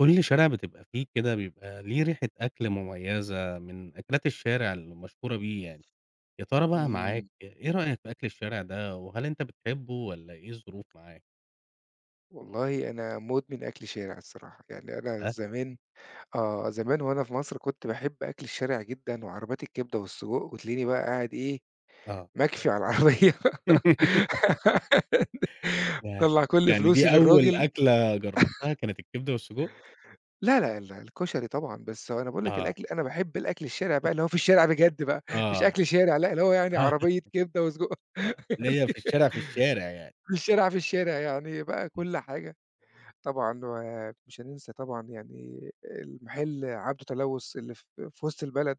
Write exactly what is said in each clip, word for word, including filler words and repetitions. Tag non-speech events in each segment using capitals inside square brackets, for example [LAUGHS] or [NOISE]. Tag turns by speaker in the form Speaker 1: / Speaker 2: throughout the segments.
Speaker 1: كل شارع بتبقى فيه كده بيبقى ليه ريحة أكل مميزة من أكلات الشارع المشهورة بيه يعني، يا ترى بقى معاك
Speaker 2: إمم،
Speaker 1: إيه رأيك في أكل الشارع ده، وهل أنت بتحبه والّا إيه الظروف معاك؟
Speaker 2: والله أنا مدمن أكل شارع الصراحة، يعني أنا
Speaker 1: ها؟
Speaker 2: زمان آه، زمان وأنا في مصر كنت باحب أكل الشارع جدًا وعربيات الكبدة والسجق، وتلاقيني بقى قاعد إيه،
Speaker 1: آه.
Speaker 2: مَكفي على العربية.
Speaker 1: [LAUGHS]
Speaker 2: [LAUGHS]
Speaker 1: يع
Speaker 2: مطلّع كل
Speaker 1: يعني
Speaker 2: فلوسي
Speaker 1: دي أول
Speaker 2: للراجل.
Speaker 1: أكلة جربتها كانت الكبدة والسجق؟
Speaker 2: لا، لا، لا، الكشري طبعًا، بس هو أنا باقول لك
Speaker 1: آه.
Speaker 2: الأكل، أنا باحب الأكل الشارع بقى اللي هو في الشارع بجد بقى، مش
Speaker 1: آه،
Speaker 2: أكل شارع لأ، اللي هو يعني عربية
Speaker 1: [LAUGHS]
Speaker 2: كبدة وسجق
Speaker 1: آه، اللي هي في الشارع، في الشارع يعني.
Speaker 2: في الشارع، في الشارع يعني بقى
Speaker 1: إمم،
Speaker 2: كل حاجة طبعًا، ومش هننسى طبعًا يعني المحل عبده تلوّث اللي في في وسط البلد،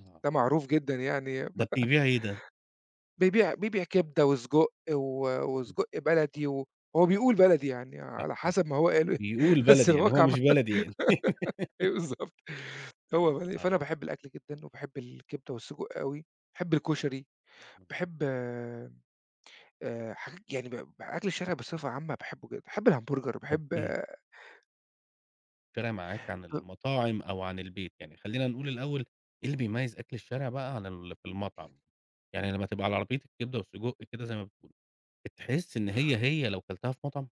Speaker 1: آه،
Speaker 2: ده معروف جدًا يعني.
Speaker 1: ده
Speaker 2: [LAUGHS]
Speaker 1: بيبيع إيه ده؟
Speaker 2: بيبيع بيبيع كبدة وسجق و
Speaker 1: إمم.
Speaker 2: وسجق بلدي و هو بيقول بلدي يعني
Speaker 1: أ
Speaker 2: على
Speaker 1: آه.
Speaker 2: حسب ما هو قاله.
Speaker 1: بيقول
Speaker 2: [LAUGHS] بس
Speaker 1: بلدي يعني، هو
Speaker 2: الواقع ما،
Speaker 1: مش بلدي يعني. [LAUGHS]
Speaker 2: أيوه بالضبط، هو بلدي.
Speaker 1: آه،
Speaker 2: فأنا باحب الأكل جدًا وباحب الكبدة والسجق أوي، باحب الكشري،
Speaker 1: إمم،
Speaker 2: باحب آآ حاجات يعني ب ب- أكل الشارع بصفة عامة باحبه جدًا، باحب الهمبرجر،
Speaker 1: طب
Speaker 2: باحب.
Speaker 1: إيه الشارع معاك عن المطاعم أو عن البيت؟ يعني خلّينا نقول الأول إيه اللي بيميّز أكل الشارع بقى عن ال في المطعم؟ يعني لمّا تبقى على عربية الكبدة والسجق كده زي ما بتقول، بتحس إن هي، هي لو كلتها في مطعم؟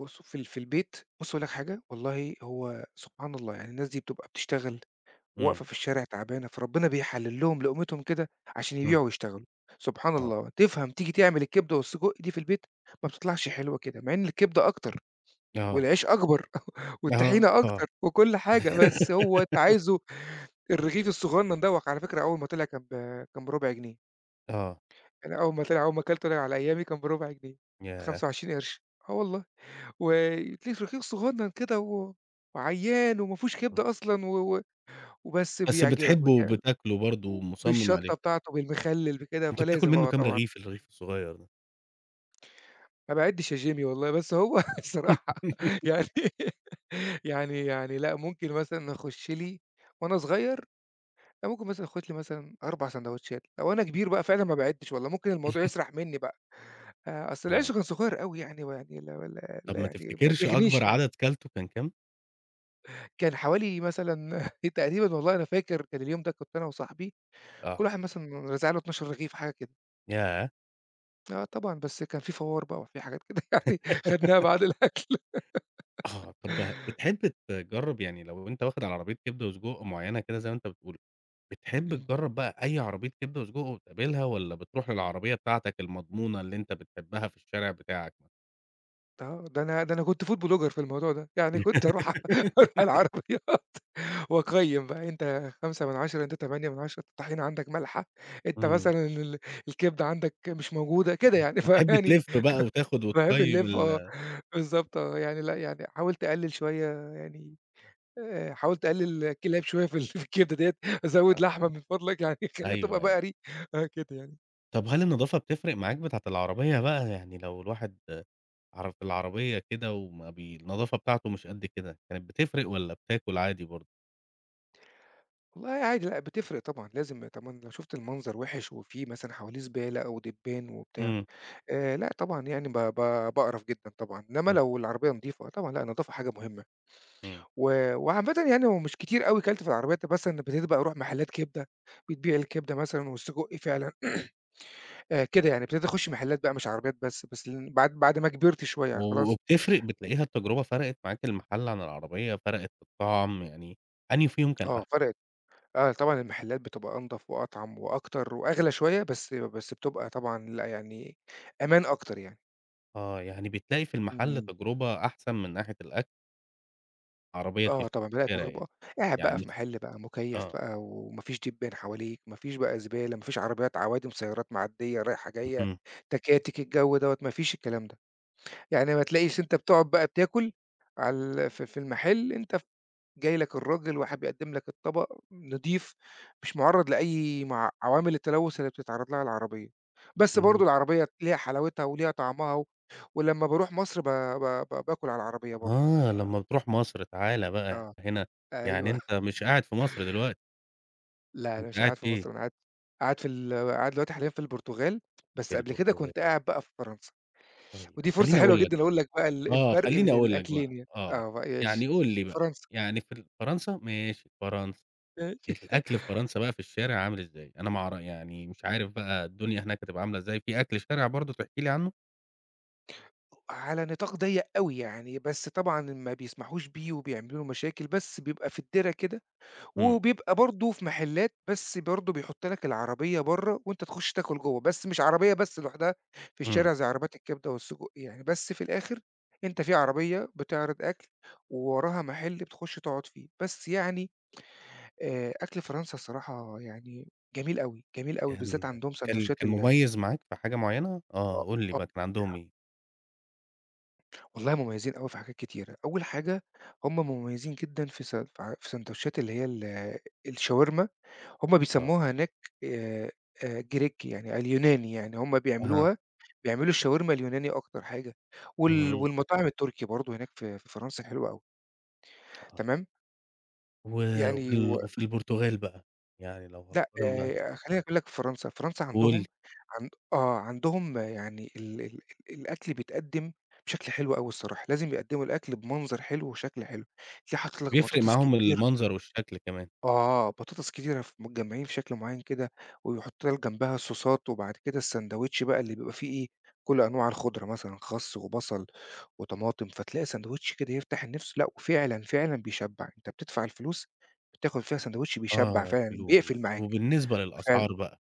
Speaker 2: بُص في ال في البيت، بُص هاقول لك حاجة، والله هو سبحان الله يعني الناس دي بتبقى بتشتغل
Speaker 1: إمم،
Speaker 2: واقفة في الشارع تعبانة، فربنا بيحلل لهم لقمتهم كده عشان
Speaker 1: إمم،
Speaker 2: يبيعوا ويشتغلوا، سبحان
Speaker 1: آه،
Speaker 2: الله تفهم. تيجي تعمل الكبدة والسجق دي في البيت ما بتطلعش حلوة كده، مع إن الكبدة أكتر
Speaker 1: آه،
Speaker 2: والعيش أكبر [LAUGHS] والطحينة أكتر
Speaker 1: آه،
Speaker 2: وكل حاجة، بس هو أنت
Speaker 1: [LAUGHS]
Speaker 2: عايزه الرغيف الصغنن دوّة. على فكرة، أول ما طلع كان ب كان ب4 جنيه،
Speaker 1: آه،
Speaker 2: أنا أول ما طلع، أول ما كلته أنا على أيامي كان بأربعة جنيه،
Speaker 1: ياه!
Speaker 2: بخمسة وعشرين قرش، آه والله. وليه رغيف صغنّن كده و وعيّان وما فيهوش
Speaker 1: إمم،
Speaker 2: كبدة أصلًا و و وبس
Speaker 1: بس
Speaker 2: بيعجبك
Speaker 1: بتحبه
Speaker 2: بتاع،
Speaker 1: وبتاكله برضه ومُصمِّم عليه،
Speaker 2: بالشطّة بتاعته، بالمخلِّل، بكده،
Speaker 1: كنت بتاكل
Speaker 2: فلازم
Speaker 1: منه
Speaker 2: آه
Speaker 1: كام
Speaker 2: طبعًا.
Speaker 1: رغيف الرغيف الصغير ده؟
Speaker 2: ما باعِدّش يا جيمي والله، بس هو [LAUGHS] الصراحة
Speaker 1: [LAUGHS]
Speaker 2: يعني، [LAUGHS] يعني يعني لأ، ممكن مثلًا أخُش لي وأنا صغير، لا، ممكن مثلًا آخُد لي مثلًا 4 ساندوتشات، لو أنا كبير بقى فعلًا ما باعِدّش والله، ممكن الموضوع
Speaker 1: [LAUGHS]
Speaker 2: يسرح منّي بقى. آآ أصل العيش
Speaker 1: آه،
Speaker 2: كان صغير أوي يعني، ويعني لا لا
Speaker 1: طب
Speaker 2: لا،
Speaker 1: ما
Speaker 2: يعني ما
Speaker 1: تفتكرش أكبر
Speaker 2: بيغنيش يعني.
Speaker 1: عدد كلته كان كام؟
Speaker 2: كان حوالي مثلًا [LAUGHS] تقريبًا، والله أنا فاكر كان اليوم ده كنت أنا وصاحبي كل
Speaker 1: آه،
Speaker 2: واحد مثلًا رازع له 12 رغيف حاجة كده.
Speaker 1: ياه!
Speaker 2: آه طبعًا، بس كان في فوار بقى وفي حاجات كده [LAUGHS] يعني، خدناها
Speaker 1: [LAUGHS]
Speaker 2: بعد الأكل.
Speaker 1: آه، طب بتحب تجرّب يعني لو أنت واخد على عربية كبدة وسجق معيّنة كده زي ما أنت بتقول، بتحب
Speaker 2: إمم.
Speaker 1: تجرّب بقى أي عربية كبدة وسجق وتقابلها والّا بتروح للعربية بتاعتك المضمونة اللي أنت بتحبها في الشارع بتاعك مثلًا؟
Speaker 2: آه، ده أنا ده أنا كنت food blogger في الموضوع ده، يعني كنت أروح [LAUGHS] أروح
Speaker 1: [LAUGHS]
Speaker 2: العربية [LAUGHS] وأقيّم بقى: أنت خمسة على عشرة، أنت ثمانية على عشرة، الطحينة عندك مالحة، أنت
Speaker 1: إمم،
Speaker 2: مثلًا ال الكبدة عندك مش موجودة، كده
Speaker 1: يعني
Speaker 2: يعني. [LAUGHS]
Speaker 1: كنت بتحب
Speaker 2: فيعني،
Speaker 1: تلِف بقى وتاخد
Speaker 2: باحب
Speaker 1: وتقيّم
Speaker 2: نلِف آه،
Speaker 1: ال
Speaker 2: بالضبط آه، يعني لأ يعني حاولت أقلل شوية يعني. آآ حاولت أقلل الكلاب شوية في ال [LAUGHS] في الكبدة ديّة، أزوّد لحمة من فضلك يعني، [LAUGHS] خلّيها تبقى
Speaker 1: أيوه، أيوه.
Speaker 2: بقري آه كده يعني.
Speaker 1: طب هل النضافة بتفرق معاك بتاعة العربية بقى؟ يعني لو الواحد عر في العربية كده وما بي النضافة بتاعته مش قد كده، كانت بتفرق والّا بتاكل عادي برضه؟
Speaker 2: والله عادي، لأ بتفرق طبعًا، لازم طبعًا لو شُفت المنظر وِحِش وفي مثلًا حواليه زبالة أو دبان وبتاع،
Speaker 1: إمم،
Speaker 2: آآ لأ طبعًا يعني ب ب باقرف جدًا طبعًا، إنّما
Speaker 1: إمم،
Speaker 2: لو العربية نضيفة طبعًا لأ، النضافة حاجة مهمة،
Speaker 1: إمم.
Speaker 2: و وعامةً يعني، هو مش كتير أوي كَلت في العربيات. مثلًا ابتديت بقى أروح محلات كبدة، بتبيع الكبدة مثلًا والسجق فعلًا، آآ كده يعني، ابتديت أخُش محلات بقى مش عربيات بس، بس ل بعد بعد ما كبرت شوية
Speaker 1: و
Speaker 2: خلاص.
Speaker 1: وبتفرق بتلاقيها التجربة فرقت معاك المحل عن العربية، فرقت في الطعم، يعني أنهي فيهم كان
Speaker 2: آه،
Speaker 1: أحسن؟
Speaker 2: فرقِت. آه، طبعًا المحلات بتبقى أنضف وأطعم وأكتر وأغلى شوية، بس بس بتبقى طبعًا لأ، يعني أمان أكتر يعني.
Speaker 1: آه، يعني بتلاقي في المحل
Speaker 2: إمم،
Speaker 1: تجربة أحسن من ناحية الأكل، عربية
Speaker 2: آه طبعًا، بدأت
Speaker 1: تفترى
Speaker 2: تجربة، اه،
Speaker 1: يعني،
Speaker 2: قاعد بقى
Speaker 1: يعني
Speaker 2: في
Speaker 1: س
Speaker 2: محل بقى مُكيّف
Speaker 1: آه،
Speaker 2: بقى، وما فيش دبان حواليك، ما فيش بقى زبالة، ما فيش عربيات عوادم، سيارات معدية رايحة جاية،
Speaker 1: اهم،
Speaker 2: تكاتك، الجو دوّة ما فيش الكلام ده. يعني ما تلاقيش، أنت بتقعد بقى بتاكل على ال في في المحل، أنت جاي لك الراجل وحاب يقدّم لك الطبق نضيف، مش مُعرّض لأي مع عوامل التلوث اللي بتتعرّض لها العربية، بس برضه
Speaker 1: اهم.
Speaker 2: العربية ليها حلاوتها وليها طعمها. و ولمّا باروح مصر ب ب ب باكل على العربية برضه،
Speaker 1: آه،
Speaker 2: ب
Speaker 1: لمّا بتروح مصر تعالَ بقى
Speaker 2: آه،
Speaker 1: هنا، يعني
Speaker 2: أيوه. [LAUGHS]
Speaker 1: أنت مش قاعد في مصر دلوقتي،
Speaker 2: لا أنا
Speaker 1: أنت
Speaker 2: مش
Speaker 1: قاعد
Speaker 2: قاعد في
Speaker 1: فين؟
Speaker 2: مصر، أنا قاعد قاعد في ال قاعد دلوقتي حاليًا في البرتغال،
Speaker 1: في
Speaker 2: بس قبل كده كنت
Speaker 1: البرتغال،
Speaker 2: قاعد بقى في فرنسا،
Speaker 1: طيب
Speaker 2: ودي فرصة
Speaker 1: خلّيني
Speaker 2: حلوة
Speaker 1: أقول لك
Speaker 2: جدًا
Speaker 1: بقى
Speaker 2: أقول لك بقى ال
Speaker 1: آه،
Speaker 2: الفرق
Speaker 1: خلّيني
Speaker 2: بين
Speaker 1: أقول لك
Speaker 2: الأكلين
Speaker 1: بقى،
Speaker 2: يعني،
Speaker 1: آه،
Speaker 2: آه بقى،
Speaker 1: يعني
Speaker 2: ماشي،
Speaker 1: قُل لي بقى،
Speaker 2: فرنسا.
Speaker 1: يعني في ال فرنسا؟ ماشي، فرنسا. الأكل في فرنسا بقى في الشارع عامل إزاي؟ أنا ما أعر يعني مش عارف بقى الدنيا هناك هتبقى عاملة إزاي، في أكل شارع برضه تحكي لي عنه؟
Speaker 2: على نطاق ضيّق أوي يعني، بس طبعًا ما بيسمحوش بيه وبيعملوا له مشاكل، بس بيبقى في الدِرة كده،
Speaker 1: إمم،
Speaker 2: وبيبقى برضه في محلات، بس برضه بيحُط لك العربية برّه وأنت تخُش تاكل جوّه، بس مش عربية بس لوحدها في
Speaker 1: إمم،
Speaker 2: الشارع زي عربيات الكبدة والسجق يعني، بس في الآخر أنت في عربية بتعرض أكل، ووراها محل بتخُش تقعد فيه، بس يعني آآ أكل فرنسا الصراحة يعني جميل أوي، جميل أوي، بالذات
Speaker 1: كان
Speaker 2: عندهم
Speaker 1: كان
Speaker 2: ساندوتشات
Speaker 1: كان
Speaker 2: ال
Speaker 1: مميز معاك في حاجة معينة؟
Speaker 2: آه.
Speaker 1: آه، قُل لي
Speaker 2: آه.
Speaker 1: بقى كان عندهم إيه؟
Speaker 2: والله مميزين أوي في حاجات كتيرة. أول حاجة، هم مميزين جدًا في س في في سندوتشات اللي هي ال الشاورما، هم
Speaker 1: آه،
Speaker 2: بيسموها هناك آآ، آآ جريك يعني اليوناني، يعني هم
Speaker 1: أها،
Speaker 2: بيعملوها، بيعملوا الشاورما اليوناني أكتر حاجة، وال
Speaker 1: اهم،
Speaker 2: والمطاعم التركي برضه هناك في في فرنسا حلوة أوي،
Speaker 1: آه،
Speaker 2: تمام؟
Speaker 1: و وفي
Speaker 2: يعني
Speaker 1: ال
Speaker 2: و،
Speaker 1: وفي البرتغال بقى، يعني لو
Speaker 2: لأ،
Speaker 1: هتقارن بقى
Speaker 2: آآ خلّيني أقول لك فرنسا، فرنسا
Speaker 1: قُل لي،
Speaker 2: عندهم عند آه، عندهم يعني ال ال ال الأكل بيتقدّم بشكل حلو أوي الصراحة، لازم يقدّموا الأكل بمنظر حلو وشكل حلو، تلاقيه حاطط لك
Speaker 1: بيفرق
Speaker 2: بطاطس
Speaker 1: معاهم
Speaker 2: كتير،
Speaker 1: المنظر والشكل كمان،
Speaker 2: آه، بطاطس كتيرة ف متجمّعين في شكل معيّن كده، ويحط لك جنبها صوصات، وبعد كده الساندوتش بقى اللي بيبقى فيه إيه، كل أنواع الخضرة مثلًا خس وبصل وطماطم، فتلاقي ساندوتش كده يفتح النِفس، لأ وفعلًا، فعلًا بيشبّع، أنت بتدفع الفلوس بتاخد فيها ساندوتش بيشبّع
Speaker 1: آه،
Speaker 2: فعلًا،
Speaker 1: الفلوس،
Speaker 2: بيقفل معاك
Speaker 1: وبالنسبة
Speaker 2: فعلًا.
Speaker 1: للأسعار بقى،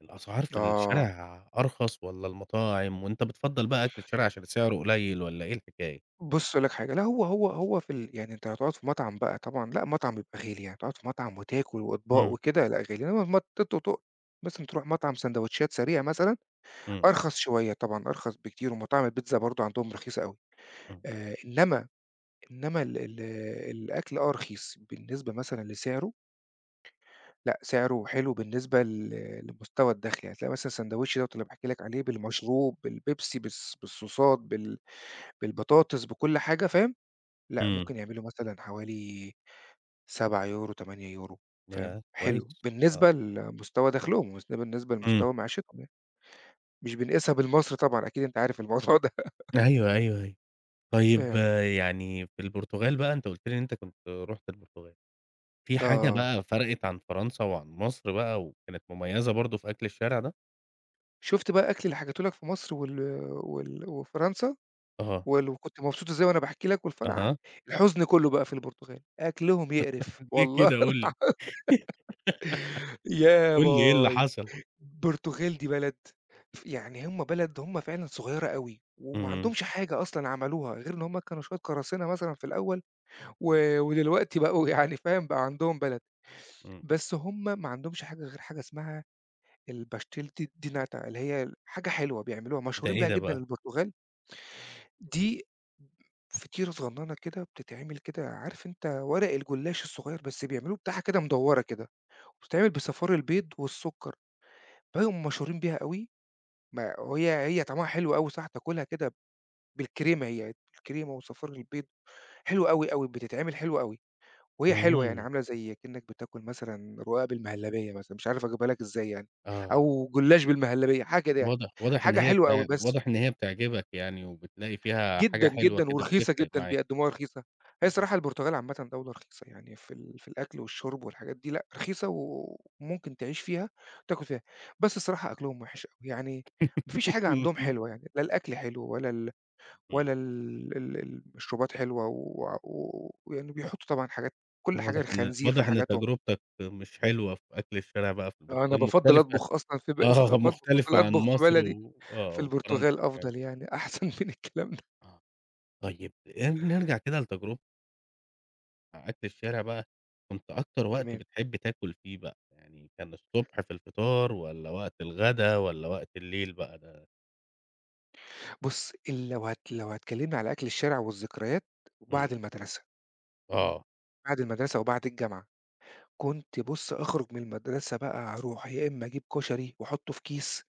Speaker 1: الأسعار في
Speaker 2: آه.
Speaker 1: الشارع أرخص والّا المطاعم، وأنت بتفضّل بقى أكل الشارع عشان سعره قليل والّا إيه الحكاية؟
Speaker 2: بُص أقول لك حاجة، لأ هو هو هو في ال يعني أنت هتقعد في مطعم بقى طبعًا لأ، مطعم بيبقى غالي يعني، تقعد في مطعم وتاكل وأطباق
Speaker 1: إمم،
Speaker 2: وكده لأ غالي، إنّما ما ت ت ت مثلًا تروح مطعم ساندوتشات سريعة مثلًا
Speaker 1: إمم،
Speaker 2: أرخص شوية طبعًا، أرخص بكتير، ومطاعم البيتزا برضه عندهم رخيصة أوي.
Speaker 1: إمم،
Speaker 2: آآ إنّما إنّما ال ال الأكل آه رخيص بالنسبة مثلًا لسعره، لأ سعره حلو بالنسبة ل لمستوى الدخْل، يعني هتلاقي مثلًا الساندوتش دوّة اللي باحكي لك عليه بالمشروب، بالبيبسي، بالص بالصوصات، بال بالبطاطس، بكل حاجة، فاهم؟ لأ،
Speaker 1: إمم.
Speaker 2: ممكن يعملوا مثلًا حوالي سبعة يورو ثمانية يورو€ فاهم،
Speaker 1: ياه! كويس،
Speaker 2: حلو
Speaker 1: آه.
Speaker 2: بالنسبة لمستوى دخلهم، وبالنس بالنسبة
Speaker 1: إمم.
Speaker 2: لمستوى معيشتهم يعني، مش بنقيسها بالمصري طبعًا، أكيد أنت عارف الموضوع [LAUGHS] ده،
Speaker 1: أيوه، أيوه، أيوه. طيب
Speaker 2: فاهم،
Speaker 1: يعني في البرتغال بقى أنت قُلت لي إن أنت كنت رُحت البرتغال، في حاجة
Speaker 2: آه،
Speaker 1: بقى فرقت عن فرنسا وعن مصر بقى وكانت مميزة برضه في أكل الشارع ده؟
Speaker 2: شُفت بقى الأكل اللي حكيته لك في مصر وال وال وفرنسا
Speaker 1: أها،
Speaker 2: وال وكنت مبسوط إزاي وأنا باحكي لك والفرحة،
Speaker 1: أها.
Speaker 2: الحزن كلّه بقى في البرتغال، أكلهم يقرف
Speaker 1: ليه
Speaker 2: والله.
Speaker 1: كده قُل لي،
Speaker 2: [LAUGHS] يا
Speaker 1: قُل لي إيه اللي
Speaker 2: باي.
Speaker 1: حصل؟
Speaker 2: البرتغال دي بلد، ف يعني هم بلد، هم فعلًا صغيرة أوي، وما
Speaker 1: اهم،
Speaker 2: عندهمش حاجة أصلًا عملوها غير إن هم كانوا شوية قراصنة مثلًا في الأول،
Speaker 1: إمم،
Speaker 2: و ودلوقتي بقوا [LAUGHS] يعني فاهم، بقى عندهم بلد،
Speaker 1: إمم.
Speaker 2: بس هم ما عندهمش حاجة غير حاجة اسمها الpastel di nata اللي هي حاجة حلوة بيعملوها،
Speaker 1: ده
Speaker 2: مشهورين
Speaker 1: إيه
Speaker 2: بيها
Speaker 1: ده
Speaker 2: جدًا
Speaker 1: بقى؟
Speaker 2: البرتغال، دي فطيرة صغننة كده بتتعمل كده، عارف أنت ورق الجلاش الصغير، بس بيعملوه بتاعها كده مدوّرة كده، وبتتعمل بصفار البيض والسكر، فهُم مشهورين بيها أوي. ما وهي هي طعمها حلو أوي صح، تاكلها كده بالكريمة هي، بالكريمة وصفار البيض، حلوة أوي، أوي، بتتعمل حلوة أوي، وهي حلوة يعني،
Speaker 1: إمم،
Speaker 2: عاملة زي كأنك بتاكل مثلًا رقاق بالمهلبية مثلًا، مش عارف أجيبها لك إزاي يعني،
Speaker 1: آه.
Speaker 2: أو جلاش بالمهلبية حاجة كده يعني،
Speaker 1: واضح واضح إن
Speaker 2: حاجة
Speaker 1: هي
Speaker 2: حلوة أوي،
Speaker 1: بتع
Speaker 2: بس
Speaker 1: واضح إن هي بتعجبك يعني وبتلاقي فيها
Speaker 2: جدًا،
Speaker 1: حاجة حلوة
Speaker 2: جدًا،
Speaker 1: كده
Speaker 2: ورخيصة
Speaker 1: بتفرق
Speaker 2: جدًا،
Speaker 1: معاك.
Speaker 2: بيقدموها رخيصة، هي الصراحة
Speaker 1: [LAUGHS]
Speaker 2: البرتغال عامةً دولة رخيصة يعني في ال في الأكل والشرب والحاجات دي، لأ رخيصة وممكن تعيش فيها وتاكل فيها، بس الصراحة أكلهم وحش أوي، يعني ما فيش حاجة عندهم
Speaker 1: اهم.
Speaker 2: حلوة يعني، لا الأكل حلو ولا ال ولا
Speaker 1: إمم.
Speaker 2: ال ال ال المشروبات حلوة، و و ويعني بيحطّوا طبعًا حاجات، كل حاجة
Speaker 1: واضح إن
Speaker 2: الخنزير في
Speaker 1: واضح إن
Speaker 2: حاجاتهم،
Speaker 1: تجربتك مش حلوة في أكل الشارع بقى في
Speaker 2: آه، أنا
Speaker 1: البرتغال،
Speaker 2: بافضّل
Speaker 1: مختلفة.
Speaker 2: أطبخ أصلًا في
Speaker 1: [LAUGHS]
Speaker 2: بل [LAUGHS]
Speaker 1: آه،
Speaker 2: ب بافضّل
Speaker 1: مختلفة عن
Speaker 2: أطبخ في
Speaker 1: مصر
Speaker 2: بلدي
Speaker 1: و آه،
Speaker 2: في
Speaker 1: وفرنسا
Speaker 2: البرتغال
Speaker 1: كمان.
Speaker 2: أفضل يعني، [LAUGHS] أحسن من الكلام ده،
Speaker 1: آه، طيب آآ نرجع كده لتجربة مع أكل الشارع بقى، كنت أكتر وقت
Speaker 2: تمام.
Speaker 1: بتحب تاكل فيه بقى، يعني كان الصبح في الفطار والّا وقت الغدا والّا وقت الليل بقى ده؟
Speaker 2: بُص، ال لو هت لو هتكلمني على أكل الشارع والذكريات
Speaker 1: إمم،
Speaker 2: بعد المدرسة،
Speaker 1: آه،
Speaker 2: بعد المدرسة وبعد الجامعة، كنت، بُص، أخرج من المدرسة بقى، أروح يا إمّا أجيب كشري وأحطّه في كيس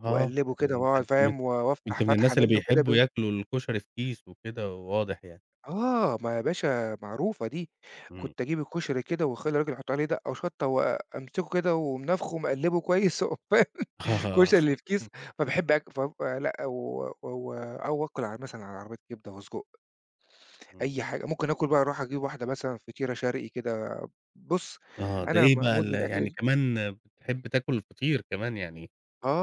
Speaker 1: آه،
Speaker 2: وأقلّبه كده
Speaker 1: يعني
Speaker 2: وأقعد
Speaker 1: أنت م
Speaker 2: فاهم، و وافتح
Speaker 1: أنت من
Speaker 2: فتحة
Speaker 1: الناس اللي
Speaker 2: منّه كده
Speaker 1: بيحبوا
Speaker 2: ب
Speaker 1: ياكلوا الكشري في كيس وكده واضح يعني،
Speaker 2: آه، ما يا باشا معروفة دي،
Speaker 1: إمم،
Speaker 2: كنت أجيب الكشري كده، واخلي الراجل يحط عليه دقة وشطة وأمسكه كده وأقوم نافخه ومقلّبه كويس، [LAUGHS] وأقوم فاهم
Speaker 1: [LAUGHS] آه،
Speaker 2: الكشري اللي في كيس، فباحب آك ف آه، لأ و و أو آكل على مثلًا على عربية كبدة وسجق،
Speaker 1: إمم.
Speaker 2: أي حاجة ممكن آكل بقى، أروح أجيب واحدة مثلًا فطيرة شرقي كده، بُص
Speaker 1: آه، ده
Speaker 2: أنا م
Speaker 1: إيه بقى ال
Speaker 2: مدمن أكل،
Speaker 1: يعني كمان بتحب تاكل فطير كمان يعني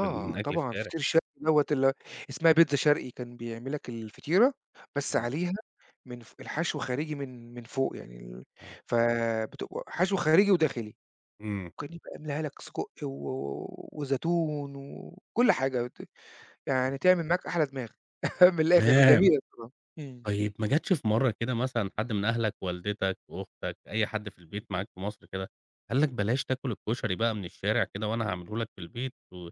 Speaker 1: من أكل
Speaker 2: طبعًا
Speaker 1: الشارع،
Speaker 2: فطير شرقي دوّة ال اسمها بيتزا شرقي، كان بيعمل لك الفطيرة بس
Speaker 1: إمم،
Speaker 2: عليها من ف الحشو خارجي من من فوق يعني ال
Speaker 1: آه،
Speaker 2: فبتبقى حشو خارجي وداخلي،
Speaker 1: إمم،
Speaker 2: وكان يبقى يملاها لك سجق و وزيتون وكل حاجة، ت يعني تعمل معاك أحلى دماغ، [LAUGHS] من الآخر
Speaker 1: تمام،
Speaker 2: جميلة بصراحة. إمم.
Speaker 1: طيب ما جاتش في مرّة كده مثلًا حد من أهلك، والدتك، أختك، أي حد في البيت معاك في مصر كده، قال لك بلاش تاكل الكشري بقى من الشارع كده وأنا هاعمله لك في البيت و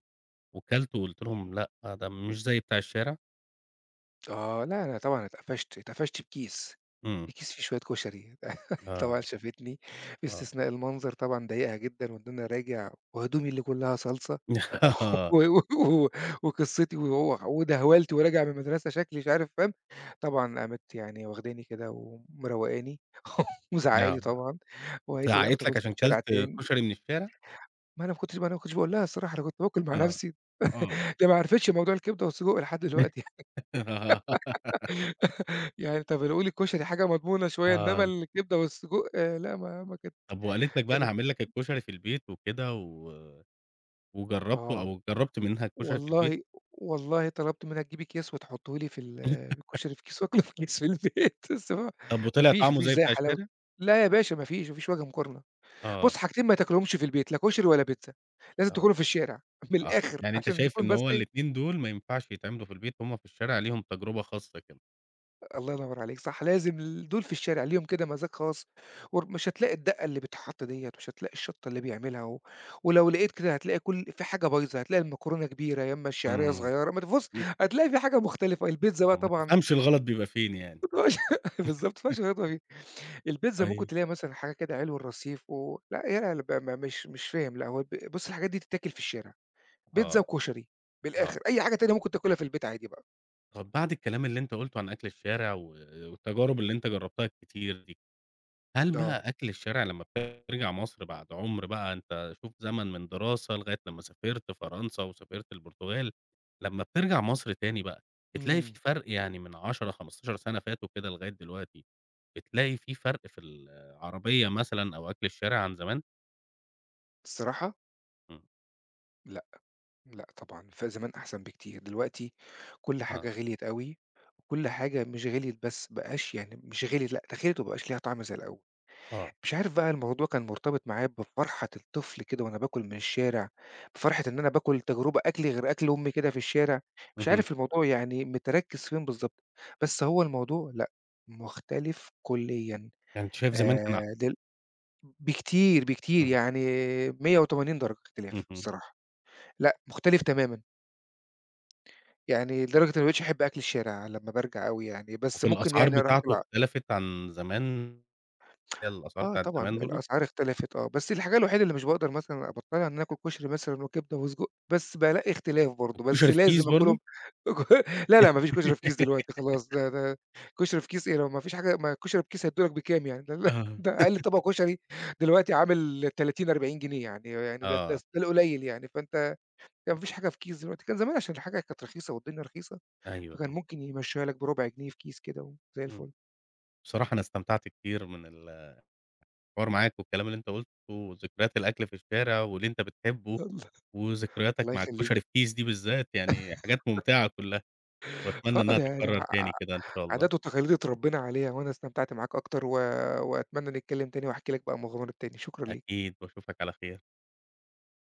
Speaker 1: وكلته وقلت لهم لأ، ده مش زي بتاع الشارع؟
Speaker 2: آه، لا، أنا طبعًا اتقفشت، اتقفشت بكيس،
Speaker 1: إمم،
Speaker 2: في كيس فيه شوية كشري، [LAUGHS] طبعًا
Speaker 1: آه،
Speaker 2: شافتني،
Speaker 1: آه،
Speaker 2: باستثناء المنظر طبعًا ضايقها جدًا، وإن أنا راجع وهدومي اللي كلّها صلصة [LAUGHS] و
Speaker 1: [LAUGHS]
Speaker 2: و و وقصتي و ودهولتي وراجع من المدرسة شكلي مش عارف فاهم، طبعًا قامت يعني واخداني كده ومروّقاني [LAUGHS] ومزعّقة لي
Speaker 1: آه،
Speaker 2: طبعًا، وقالت لي: "لأ، ما
Speaker 1: زعقت لك
Speaker 2: تاكلش من
Speaker 1: عشان
Speaker 2: الشارع
Speaker 1: كلت
Speaker 2: تاني."
Speaker 1: كشري من الشارع؟
Speaker 2: ما أنا ما كنتش ما أنا ما كنتش باقول لها الصراحة، أنا كنت باكل مع
Speaker 1: آه،
Speaker 2: نفسي،
Speaker 1: آه،
Speaker 2: ده ما عرفتش موضوع الكبدة والسجق لحد دلوقتي.
Speaker 1: [LAUGHS]
Speaker 2: يعني طَب لو قولي الكشري حاجة مضمونة شوية، إنّما
Speaker 1: آه.
Speaker 2: الكبدة والسجق آه، لأ ما ما كانت،
Speaker 1: طب وقالت لك بقى أنا
Speaker 2: كانت
Speaker 1: هاعمل لك الكشري في البيت وكده و وجرّبته
Speaker 2: آه.
Speaker 1: أو جرّبت منها الكشري في البيت،
Speaker 2: والله والله طلبت منها تجيبي أكياس وتحطّه لي في ال آه، الكشري في كيس، [LAUGHS] وآكله في كيس في البيت، [LAUGHS] بس ما
Speaker 1: طب
Speaker 2: ما
Speaker 1: وطلع
Speaker 2: فيش ما
Speaker 1: طعمه
Speaker 2: فيش
Speaker 1: زي
Speaker 2: زي
Speaker 1: بتاع
Speaker 2: حلاوة،
Speaker 1: الشارع؟
Speaker 2: لا يا باشا، ما فيش، ما فيش وجه مقارنة. بُص،
Speaker 1: آه،
Speaker 2: حاجتين ما تاكلهمش في البيت، لا كشري ولا بيتزا، لازم
Speaker 1: آه،
Speaker 2: تاكلهم في الشارع، من
Speaker 1: آه،
Speaker 2: الآخر
Speaker 1: يعني أنت
Speaker 2: عشان
Speaker 1: شايف
Speaker 2: نكون
Speaker 1: إن
Speaker 2: بس
Speaker 1: هو
Speaker 2: إيه.
Speaker 1: الاتنين دول ما ينفعش يتعملوا في البيت، هم في الشارع ليهم تجربة خاصة كده.
Speaker 2: الله ينور عليك، صح، لازم ال دول في الشارع ليهم كده مزاج خاص، ور مش هتلاقي الدقة اللي بتتحط ديّة، مش هتلاقي الشطة اللي بيعملها، و ولو لقيت كده هتلاقي كل في حاجة بايظة، هتلاقي المكرونة كبيرة، يا إمّا الشعرية
Speaker 1: إمم،
Speaker 2: صغيرة، ما ت بُص
Speaker 1: م
Speaker 2: هتلاقي في حاجة مختلفة، البيتزا بقى
Speaker 1: آه، ما
Speaker 2: طبعًا
Speaker 1: تفهمش الغلط بيبقى فين يعني.
Speaker 2: [LAUGHS] بالضبط، ما فيهاش غلطة فيه، البيتزا ممكن
Speaker 1: طيب.
Speaker 2: تلاقي مثلًا حاجة كده علو الرصيف و، لأ يا ب م مش مش فاهم، لأ هو الب بُص الحاجات دي تتاكل في الشارع، بيتزا
Speaker 1: آه،
Speaker 2: وكشري من الآخر،
Speaker 1: آه.
Speaker 2: أي حاجة تانية ممكن تاكلها في البيت عادي بقى.
Speaker 1: طب بعد الكلام اللي أنت قُلته عن أكل الشارع و والتجارب اللي أنت جرّبتها الكتير دي هل
Speaker 2: آه،
Speaker 1: بقى أكل الشارع لمّا بترجع مصر بعد عُمر بقى أنت شوف زمن من دراسة لغاية لمّا سافرت فرنسا وسافرت البرتغال، لمّا بترجع مصر تاني بقى، بتلاقي في
Speaker 2: إمم.
Speaker 1: فرق يعني من عشر، خمسة عشر سَنة فاتوا كده لغاية دلوقتي، بتلاقي في فرق في العربية مثلًا أو أكل الشارع عن زمان؟
Speaker 2: الصراحة
Speaker 1: إمم،
Speaker 2: لأ. لأ طبعًا، فزمان أحسن بكتير، دلوقتي كل
Speaker 1: آه،
Speaker 2: حاجة غِليت أوي، وكل حاجة مش غِليت بس، بقاش يعني مش غِليت لأ، ده غِليت وما بقاش ليها طعم زي الأول.
Speaker 1: آه،
Speaker 2: مش عارف بقى، الموضوع كان مرتبط معايا بفرحة الطفل كده وأنا باكل من الشارع، بفرحة إن أنا باكل تجربة أكلي غير أكل أمي كده في الشارع، مش
Speaker 1: اهم،
Speaker 2: عارف الموضوع يعني متركِّز فين بالضبط، بس هو الموضوع لأ، مختلف كليًا.
Speaker 1: يعني أنت شايف زمان كان أحسن،
Speaker 2: آآ دل بكتير، بكتير
Speaker 1: إمم،
Speaker 2: يعني مية وتمانين درجة اختلاف
Speaker 1: اهم،
Speaker 2: الصراحة، لأ مختلف تمامًا. يعني لدرجة إني ما بقيتش أحب أكل الشارع لمّا بارجع أوي يعني، بس
Speaker 1: وفي
Speaker 2: ممكن
Speaker 1: الأسعار
Speaker 2: يعني أروح أكل
Speaker 1: بتاعته
Speaker 2: ع
Speaker 1: اختلفت عن زمان، هي الأسعار
Speaker 2: آه
Speaker 1: بتاعة
Speaker 2: طبعًا،
Speaker 1: زمان برضه؟
Speaker 2: الأسعار اختلفت، آه، بس الحاجة الوحيدة اللي مش باقدر مثلًا أبطّلها إن أنا آكل كشري مثلًا وكبدة وسجق، بس بالاقي اختلاف برضه، بس
Speaker 1: والكشري في
Speaker 2: لازم
Speaker 1: كيس
Speaker 2: آكلهم.
Speaker 1: برضه؟
Speaker 2: [LAUGHS] [UNINTELLIGIBLE] لا، لا، ما فيش كشري في كيس دلوقتي
Speaker 1: [LAUGHS]
Speaker 2: خلاص، ده ده كشري في كيس إيه؟ لو ما فيش حاجة، ما الكشري في كيس هيدّوا لك بكام يعني؟ ده ال
Speaker 1: آه،
Speaker 2: ده أقل طبق كشري دلوقتي عامل تلاتين، أربعين جنيه يعني، يعني ده ده س
Speaker 1: آه،
Speaker 2: ده القليل يعني، فأنت يعني ما فيش حاجة في كيس دلوقتي، كان زمان عشان الحاجة كانت رخيصة والدنيا رخيصة،
Speaker 1: أيوه،
Speaker 2: فكان
Speaker 1: أيوه.
Speaker 2: ممكن يمشّيها لك بربع جنيه في كيس كده وزي
Speaker 1: إمم.
Speaker 2: الفل.
Speaker 1: بصراحة أنا استمتعت كتير من الحوار معاك والكلام اللي أنت قُلته وذكريات الأكل في الشارع واللي أنت بتحبه
Speaker 2: الله.
Speaker 1: وذكرياتك
Speaker 2: الله
Speaker 1: مع الكشري
Speaker 2: يخلّيك.
Speaker 1: في كيس دي بالذات، يعني حاجات ممتعة كلّها وأتمنى
Speaker 2: آه،
Speaker 1: إنّها
Speaker 2: ده ده
Speaker 1: تتكرر
Speaker 2: ع
Speaker 1: تاني كده إن شاء الله.
Speaker 2: عادات وتقاليد اتربّينا عليها، وأنا استمتعت معاك أكتر، و وأتمنى نتكلّم تاني وأحكي لك بقى مغامرة تاني، شكرًا ليك.
Speaker 1: أكيد وأشوفك على خير.